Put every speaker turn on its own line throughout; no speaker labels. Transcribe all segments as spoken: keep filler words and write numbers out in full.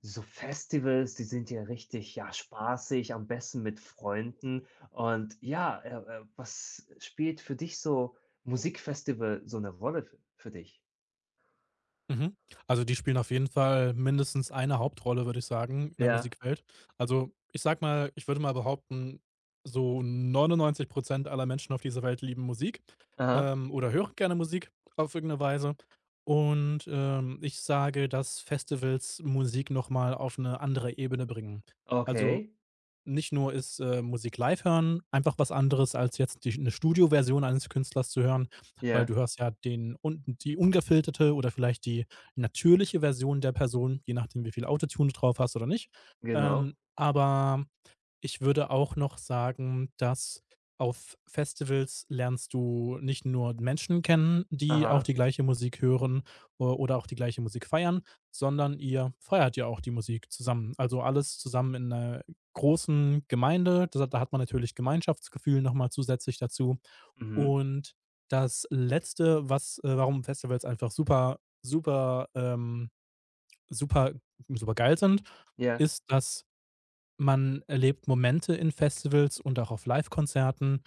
So Festivals, die sind ja richtig, ja, spaßig, am besten mit Freunden. Und ja, äh, äh, was spielt für dich so Musikfestival so 'ne Rolle f für dich?
Mhm. Also, die spielen auf jeden Fall mindestens eine Hauptrolle, würde ich sagen, in der
Ja.
Musikwelt. Also, ich sage mal ich würde mal behaupten, so neunundneunzig aller Menschen auf dieser Welt lieben Musik,
Aha.
ähm, oder hören gerne Musik auf irgendeine Weise. Und ähm, ich sage, dass Festivals Musik noch mal auf eine andere Ebene bringen. Also,
Okay.
nicht nur ist äh, Musik live hören einfach was anderes, als jetzt die 'ne Studioversion eines Künstlers zu hören, weil du
Ja,
hörst ja den un die ungefilterte oder vielleicht die natürliche Version der Person, je nachdem, wie viel Autotune du drauf hast oder nicht. Ähm,
genau.
aber ich würde auch noch sagen, dass auf Festivals lernst du nicht nur Menschen kennen, die auch
Aha.
die gleiche Musik hören o oder auch die gleiche Musik feiern, sondern ihr feiert ja auch die Musik zusammen. Also, alles zusammen in einer großen Gemeinde. Da da hat man natürlich Gemeinschaftsgefühl noch mal zusätzlich dazu.
Mhm.
Und das Letzte, was äh, warum Festivals einfach super, super, ähm, super super geil sind,
Ja,
ist, dass man erlebt Momente in Festivals und auch auf Live-Konzerten,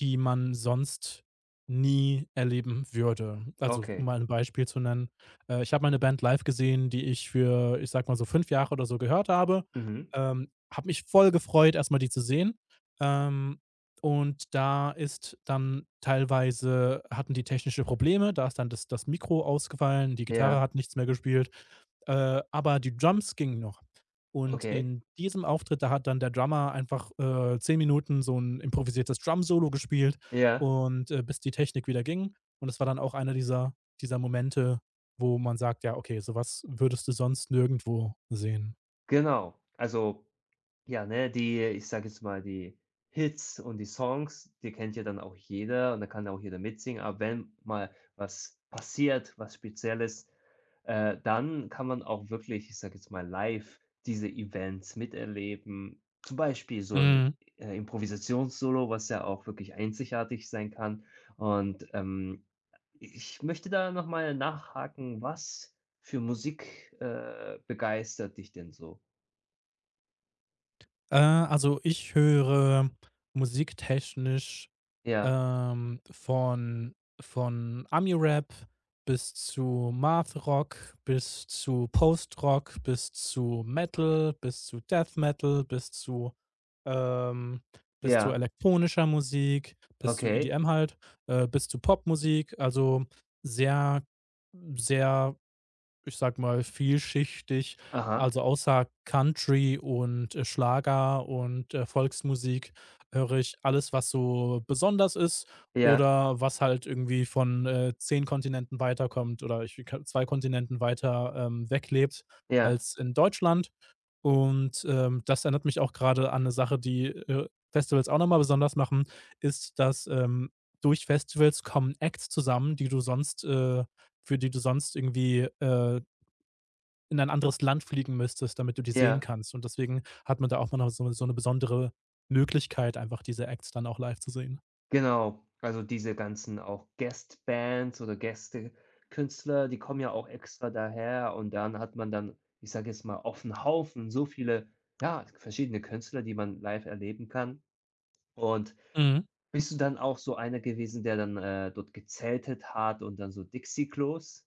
die man sonst nie erleben würde. Also, um
okay.
mal ein Beispiel zu nennen, äh, ich habe mal 'ne Band live gesehen, die ich für, ich sag mal so fünf Jahre oder so gehört habe.
Mhm.
Ähm, habe mich voll gefreut, erst mal die zu sehen. Ähm, und da ist dann teilweise hatten die technische Probleme, da ist dann das das Mikro ausgefallen, die Gitarre
Ja,
hat nichts mehr gespielt, äh, aber die Drums gingen noch. Und
okay.
in diesem Auftritt, da hat dann der Drummer einfach, äh, zehn Minuten so ein improvisiertes Drum-Solo gespielt,
Ja,
und äh, bis die Technik wieder ging. Und das war dann auch einer dieser dieser Momente, wo man sagt: „Ja, okay, sowas würdest du sonst nirgendwo sehen."
genau. Also, ja, ne, die ich sage jetzt mal, die Hits und die Songs, die kennt ja dann auch jeder und da kann auch jeder mitsingen. Aber wenn mal was passiert, was Spezielles, äh, dann kann man auch wirklich, ich sage jetzt mal, live diese Events miterleben. Zum Beispiel so ein
Mhm.
äh, Improvisationssolo, was ja auch wirklich einzigartig sein kann. Und, ähm, ich möchte da noch mal nachhaken, was für Musik, äh, begeistert dich denn so?
Äh, also, ich höre musiktechnisch,
Ja.
Ähm, von von Ami-Rap, bis zu Math-Rock, bis zu Post-Rock, bis zu
Okay.
Metal, bis zu Death Metal, bis zu, ähm bis zu
Ja.
elektronischer Musik, bis zu
Okay.
E D M halt, äh, bis zu Popmusik. Also, sehr sehr, ich sag mal, vielschichtig,
Aha.
also außer Country und äh, Schlager und äh, Volksmusik höre ich alles, was so besonders ist
Ja,
oder was halt irgendwie von äh, zehn Kontinenten weiterkommt, oder ich k zwei Kontinenten weiter ähm, weg lebt
ja,
als in Deutschland. Und ähm, das erinnert mich auch gerade an eine Sache, die äh, Festivals auch noch mal besonders machen, ist, dass ähm, durch Festivals kommen Acts zusammen, die du sonst, äh für die du sonst irgendwie äh in ein anderes Land fliegen müsstest, damit du die sehen
ja,
kannst. Und deswegen hat man da auch mal noch so so 'ne besondere Möglichkeit, einfach diese Acts dann auch live zu sehen.
genau. Also, diese ganzen auch Guest-Bands oder Gästekünstler, die kommen ja auch extra daher und dann hat man dann, ich sage jetzt mal, auf 'n Haufen so viele, ja, verschiedene Künstler, die man live erleben kann. Und
Mhm.
bist du dann auch so einer gewesen, der dann, äh, dort gezeltet hat und dann so Dixiklos?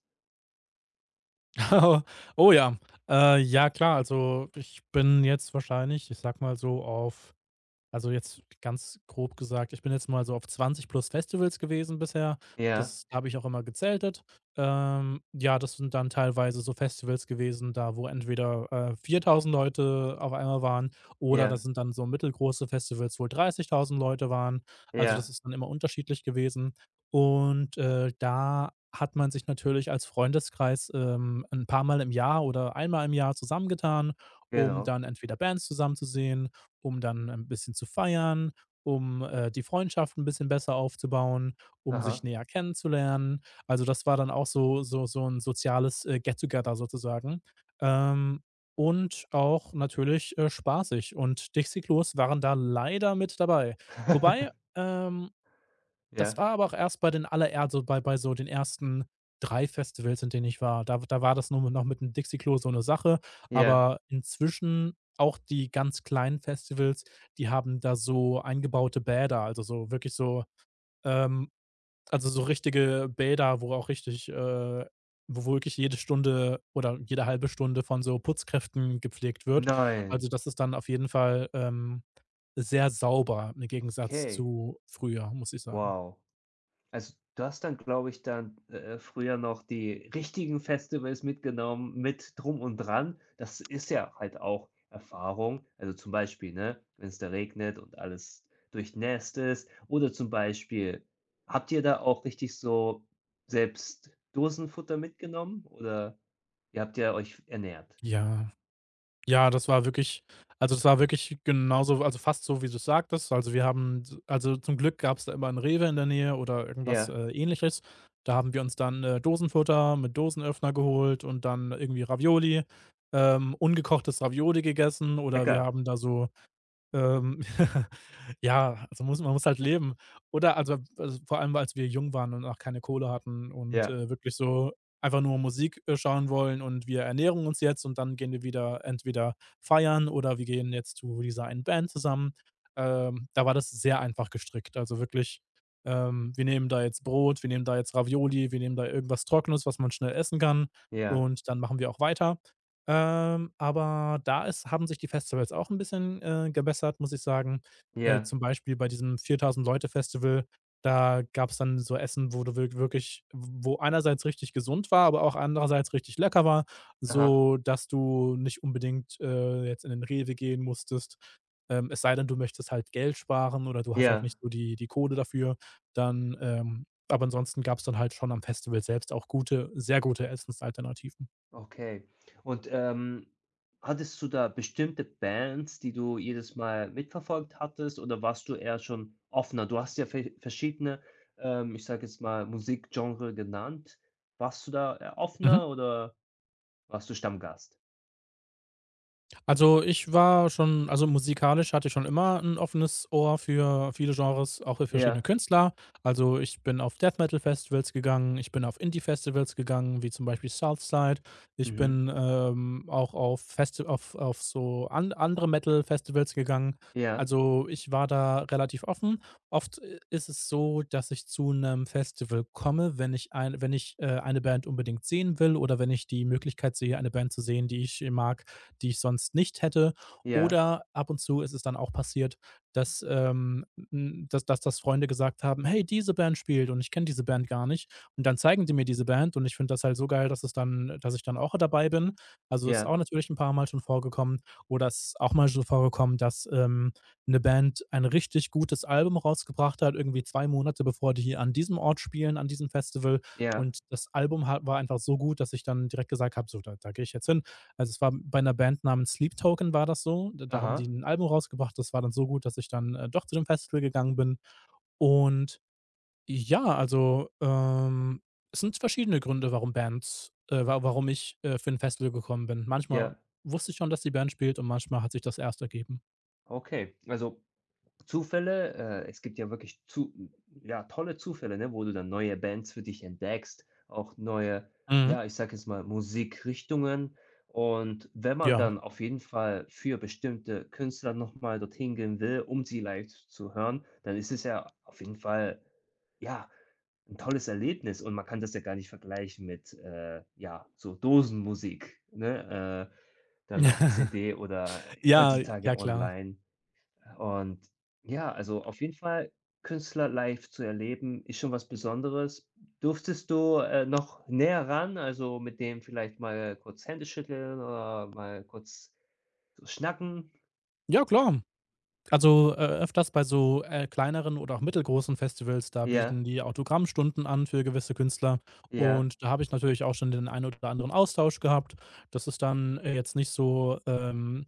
Oh ja. Äh, ja klar, also ich bin jetzt wahrscheinlich, ich sag mal so auf also, jetzt ganz grob gesagt, ich bin jetzt mal so auf zwanzig plus Festivals gewesen bisher.
Ja,
Das habe ich auch immer gezeltet. Ähm, ja, das sind dann teilweise so Festivals gewesen, da wo entweder äh, viertausend Leute auf einmal waren, oder das
ja,
sind dann so mittelgroße Festivals, wo dreißigtausend Leute waren. Also, das
ja,
ist dann immer unterschiedlich gewesen. Und äh, da hat man sich natürlich als Freundeskreis, ähm, ein paar Mal im Jahr oder einmal im Jahr zusammengetan, um
genau.
dann entweder Bands zusammen zu sehen, um dann ein bisschen zu feiern, um äh, die Freundschaft ein bisschen besser aufzubauen, um sich
Aha.
näher kennenzulernen. Also, das war dann auch so so so ein soziales äh, Get Together sozusagen, ähm, und auch natürlich äh, spaßig, und Dixie Klos waren da leider mit dabei. Wobei, ähm das
Ja,
war aber auch erst bei den aller also, bei bei so den ersten drei Festivals, in denen ich war. Da da war das nur mit- noch mit dem Dixie-Klo so eine Sache,
ja.
aber inzwischen auch die ganz kleinen Festivals, die haben da so eingebaute Bäder, also, so wirklich so, ähm, also, so richtige Bäder, wo auch richtig äh, wo wirklich jede Stunde oder jede halbe Stunde von so Putzkräften gepflegt wird. Also,
Nein.
das ist dann auf jeden Fall ähm, sehr sauber im Gegensatz
Okay.
zu früher, muss ich sagen.
Wow. Also, du hast dann, glaube ich, dann, äh, früher noch die richtigen Festivals mitgenommen mit Drum und Dran. Das ist ja halt auch Erfahrung. Also, zum Beispiel, ne, wenn es da regnet und alles durchnässt ist oder zum Beispiel habt ihr da auch richtig so selbst Dosenfutter mitgenommen oder ihr habt ja euch ernährt?
Ja. Ja, das war wirklich, also, das war wirklich genauso, also fast so, wie du's sagtest. Also, wir haben s also, Zum Glück gab es da immer 'n Rewe in der Nähe oder irgendwas
Ja,
äh, Ähnliches. Da haben wir uns dann äh, Dosenfutter mit Dosenöffner geholt und dann irgendwie Ravioli ähm, ungekochtes Ravioli gegessen, oder wir
lecker.
haben da so, ähm, ja, also muss man muss halt leben. Oder also also vor allem, als wir jung waren und auch keine Kohle hatten und
Ja,
äh, wirklich so einfach nur Musik äh, schauen wollen und wir ernähren uns jetzt und dann gehen wir wieder entweder feiern oder wir gehen jetzt zu dieser einen Band zusammen. Ähm, da war das sehr einfach gestrickt. Also wirklich, ähm, wir nehmen da jetzt Brot, wir nehmen da jetzt Ravioli, wir nehmen da irgendwas Trockenes, was man schnell essen kann,
ja,
und dann machen wir auch weiter. Ähm, aber da ist haben sich die Festivals auch ein bisschen äh, gebessert, muss ich sagen. Äh,
ja.
zum Beispiel bei diesem Viertausend-Leute-Festival, da gab es dann so Essen, wo du wirk wirklich, wo einerseits richtig gesund war, aber auch andererseits richtig lecker war,
Aha,
so dass du nicht unbedingt äh, jetzt in den Rewe gehen musstest. Ähm, es sei denn, du möchtest halt Geld sparen oder du hast halt
ja.
nicht so die die Kohle dafür, dann ähm, aber ansonsten gab es dann halt schon am Festival selbst auch gute sehr gute Essensalternativen.
Okay. Und, ähm, hattest du da bestimmte Bands, die du jedes Mal mitverfolgt hattest oder warst du eher schon offener? Du hast ja ve verschiedene, ähm, ich sage jetzt mal, Musikgenre genannt. Warst du da eher
Mhm.
offener oder warst du Stammgast?
Also, ich war schon also, musikalisch hatte ich schon immer ein offenes Ohr für viele Genres, auch für verschiedene
Ja.
Künstler. Also, ich bin auf Death Metal Festivals gegangen, ich bin auf Indie-Festivals gegangen, wie zum Beispiel Southside. Ich
Mhm.
bin ähm, auch auf Festi auf auf so an andere Metal-Festivals gegangen.
Ja.
Also, ich war da relativ offen. Oft i ist es so, dass ich zu einem Festival komme, wenn ich ein wenn ich, äh, eine Band unbedingt sehen will, oder wenn ich die Möglichkeit sehe, eine Band zu sehen, die ich mag, die ich sonst nicht hätte.
Ja.
Oder ab und zu ist es dann auch passiert, dass, ähm, n dass dass dass Freunde gesagt haben: „Hey, diese Band spielt und ich kenne diese Band gar nicht." Und dann zeigen die mir diese Band und ich finde das halt so geil, dass es dann dass ich dann auch dabei bin. Also, ist auch
Ja.
natürlich ein paar mal schon vorgekommen, oder es ist auch mal so vorgekommen, dass ähm, 'ne Band ein richtig gutes Album rausgebracht hat, irgendwie zwei Monate bevor die hier an diesem Ort spielen, an diesem Festival.
Ja.
Und das Album ha war einfach so gut, dass ich dann direkt gesagt habe: „So, da da gehe ich jetzt hin." Also, es war bei einer Band namens Sleep Token war das so. Da da haben die
Aha.
'n Album rausgebracht, das war dann so gut, dass ich dann äh, doch zu dem Festival gegangen bin. Und ja, also, ähm, es sind verschiedene Gründe, warum Bands äh, wa warum ich äh, für ein Festival gekommen bin. Manchmal
Ja.
wusste ich schon, dass die Band spielt und manchmal hat sich das erst ergeben.
Okay. Also Zufälle, äh, es gibt ja wirklich zu ja, tolle Zufälle, ne, wo du dann neue Bands für dich entdeckst, auch neue,
Mhm.
ja, ich sage jetzt mal, Musikrichtungen. Und wenn man
Ja.
dann auf jeden Fall für bestimmte Künstler nochmal dorthin gehen will, um sie live zu hören, dann ist es ja auf jeden Fall, ja, ein tolles Erlebnis und man kann das ja gar nicht vergleichen mit, äh, ja, so Dosenmusik, ne, äh, dann auf C D oder
Ja, ja,
heutzutage
klar.
online. Und ja, also auf jeden Fall Künstler live zu erleben, ist schon was Besonderes. Durftest du, äh, noch näher ran, also mit dem vielleicht mal kurz Hände schütteln oder mal kurz so schnacken?
Ja, klar. Also, äh, öfters bei so äh, kleineren oder auch mittelgroßen Festivals, da
Ja,
bieten die Autogrammstunden an für gewisse Künstler,
ja,
und da habe ich natürlich auch schon den einen oder anderen Austausch gehabt. Das ist dann äh, jetzt nicht so, ähm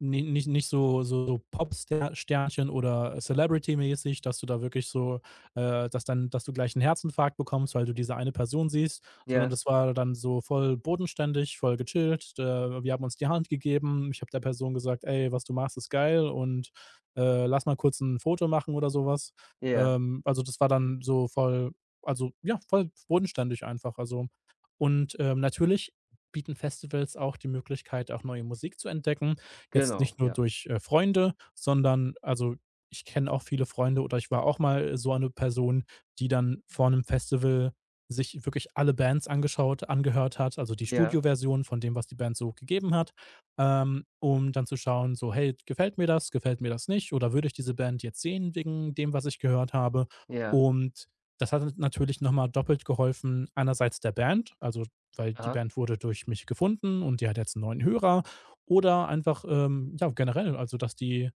ni nicht nicht so so Popster Sternchen oder Celebrity-mäßig, dass du da wirklich so, äh dass dann dass du gleich einen Herzinfarkt bekommst, weil du diese eine Person siehst, sondern
ja,
das war dann so voll bodenständig, voll gechillt. Äh, wir haben uns die Hand gegeben. Ich habe der Person gesagt: „Ey, was du machst, ist geil", und äh, lass mal kurz ein Foto machen oder sowas.
ja,
Ähm, also, das war dann so voll also, ja, voll bodenständig einfach, also. Und ähm, natürlich bieten Festivals auch die Möglichkeit, auch neue Musik zu entdecken. Jetzt
genau,
nicht nur
ja,
durch äh, Freunde, sondern also, ich kenne auch viele Freunde oder ich war auch mal so eine Person, die dann vor einem Festival sich wirklich alle Bands angeschaut angehört hat, also die
ja,
Studioversion von dem, was die Band so gegeben hat, ähm, um dann zu schauen, so, hey, gefällt mir das, gefällt mir das nicht, oder würde ich diese Band jetzt sehen wegen dem, was ich gehört habe?
ja,
Und das hat natürlich nochmal doppelt geholfen, einerseits der Band, also, weil die
aha,
Band wurde durch mich gefunden und die hat jetzt einen neuen Hörer, oder einfach, ähm, ja, generell, also dass die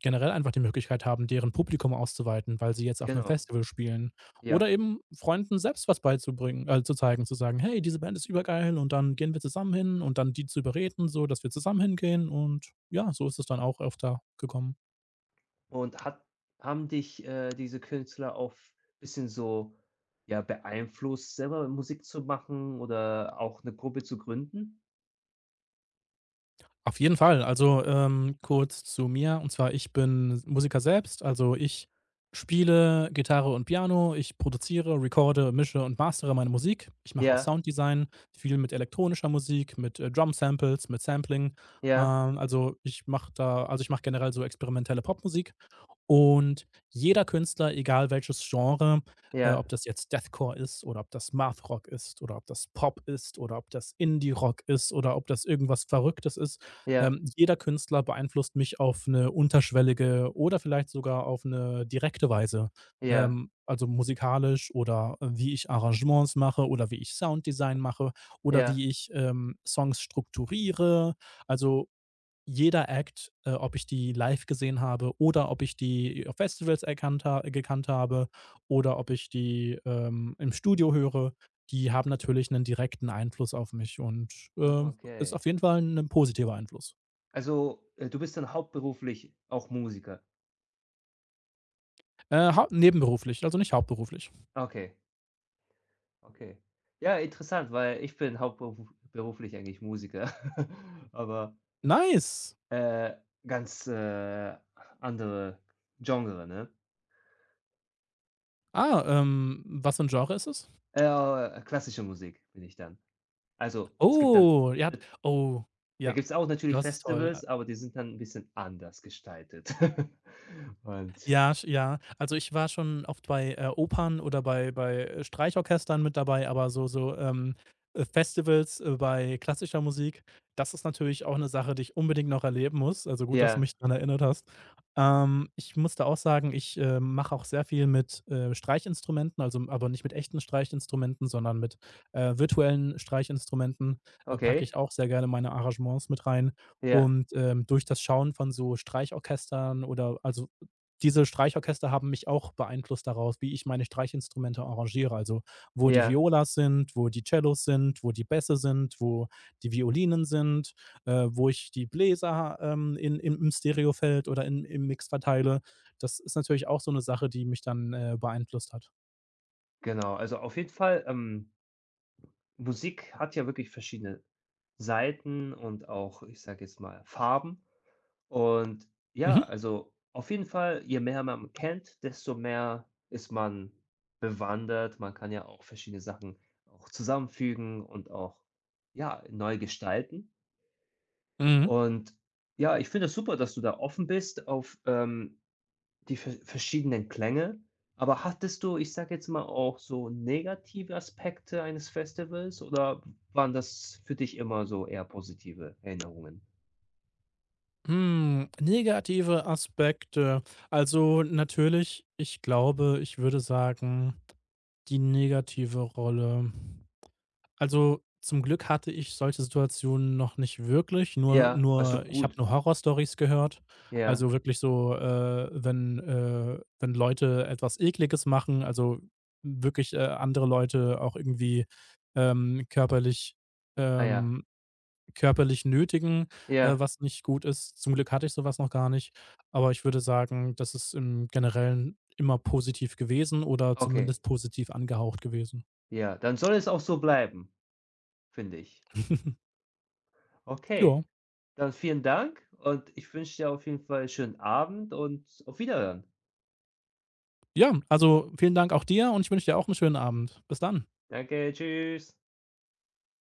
generell einfach die Möglichkeit haben, deren Publikum auszuweiten, weil sie jetzt auf einem
genau,
Festival spielen. Oder
ja.
eben Freunden selbst was beizubringen, äh, zu zeigen, zu sagen: „Hey, diese Band ist übergeil und dann gehen wir zusammen hin", und dann die zu überreden, so dass wir zusammen hingehen, und ja, so ist es dann auch öfter gekommen.
Und hat haben dich, äh, diese Künstler auch bisschen so, ja, beeinflusst, selber Musik zu machen oder auch eine Gruppe zu gründen?
Auf jeden Fall. Also, ähm, kurz zu mir. Und zwar, ich bin Musiker selbst. Also, ich spiele Gitarre und Piano. Ich produziere, recorde, mische und mastere meine Musik. Ich mache auch
Ja.
Sounddesign, viel mit elektronischer Musik, mit äh, Drum-Samples, mit Sampling.
Ja,
Ähm, also, ich mache da also, ich mache generell so experimentelle Popmusik. Und jeder Künstler, egal welches Genre, äh,
ja,
ob das jetzt Deathcore ist oder ob das Mathrock ist oder ob das Pop ist oder ob das Indie-Rock ist oder ob das irgendwas Verrücktes ist,
ja,
ähm, jeder Künstler beeinflusst mich auf eine unterschwellige oder vielleicht sogar auf eine direkte Weise.
ja,
Ähm, also musikalisch, oder äh, wie ich Arrangements mache, oder wie ich Sounddesign mache, oder
ja.
wie ich ähm, Songs strukturiere. Also jeder Act, äh, ob ich die live gesehen habe, oder ob ich die auf Festivals erkannt ha gekannt habe, oder ob ich die ähm, im Studio höre, die haben natürlich 'nen direkten Einfluss auf mich, und
Ah,
ähm, ist
okay.
auf jeden Fall 'n positiver Einfluss.
Also, äh, du bist dann hauptberuflich auch Musiker?
Äh, hau Nebenberuflich, also nicht hauptberuflich.
Okay, okay. Ja, interessant, weil ich bin hauptberuflich eigentlich Musiker, aber,
Nice.
äh, ganz, äh, andere Genre, ne?
Ah, ähm, was für 'n Genre ist es?
Äh, klassische Musik bin ich dann. Also, es gibt dann
Oh, ja, d
d
oh,
da
ja,
gibt's auch natürlich
das ist toll.
Festivals, aber die sind dann ein bisschen anders gestaltet. Und
Ja, sch ja. Also, ich war schon oft bei äh, Opern, oder bei bei, äh, Streichorchestern mit dabei, aber so so, ähm, äh, Festivals äh, bei klassischer Musik, das ist natürlich auch eine Sache, die ich unbedingt noch erleben muss. Also, gut, dass du
ja,
mich daran erinnert hast. Ähm, ich musste auch sagen, ich äh, mache auch sehr viel mit äh, Streichinstrumenten, also, aber nicht mit echten Streichinstrumenten, sondern mit äh, virtuellen Streichinstrumenten. Da packe ich
okay,
auch sehr gerne meine Arrangements mit rein.
ja.
Und ähm, durch das Schauen von so Streichorchestern, oder also, diese Streichorchester haben mich auch beeinflusst darauf, wie ich meine Streichinstrumente arrangiere. Also, wo die
Ja,
Violas sind, wo die Cellos sind, wo die Bässe sind, wo die Violinen sind, äh, wo ich die Bläser ähm, in im im Stereofeld oder in im Mix verteile. Das ist natürlich auch so eine Sache, die mich dann äh, beeinflusst hat.
genau. Also auf jeden Fall, ähm, Musik hat ja wirklich verschiedene Seiten und auch, ich sage jetzt mal, Farben. Und ja,
Mhm,
also auf jeden Fall, je mehr man kennt, desto mehr ist man bewandert. Man kann ja auch verschiedene Sachen auch zusammenfügen und auch ja, neu gestalten.
mhm.
Und ja, ich finde es super, dass du da offen bist auf ähm, die ver verschiedenen Klänge. Aber hattest du, ich sage jetzt mal, auch so negative Aspekte eines Festivals oder waren das für dich immer so eher positive Erinnerungen?
Hm, negative Aspekte. Also, natürlich, ich glaube, ich würde sagen, die negative Rolle also, zum Glück hatte ich solche Situationen noch nicht wirklich, nur
Ja, ah, ist
nur
doch
ich habe
gut.
nur Horrorstories gehört.
Ja,
Also, wirklich so, äh, wenn äh, wenn Leute etwas Ekliges machen, also, wirklich äh, andere Leute auch irgendwie ähm, körperlich,
ah ja,
ähm, körperlich nötigen, äh,
ja,
was nicht gut ist. Zum Glück hatte ich so was noch gar nicht, aber ich würde sagen, das ist im Generellen immer positiv gewesen oder
okay.
zumindest positiv angehaucht gewesen.
Ja, dann soll es auch so bleiben, finde ich. Okay,
Ja.
dann vielen Dank und ich wünsche dir auf jeden Fall einen schönen Abend und auf Wiederhören.
Ja, also vielen Dank auch dir, und ich wünsche dir auch einen schönen Abend. Bis dann.
Danke, tschüss.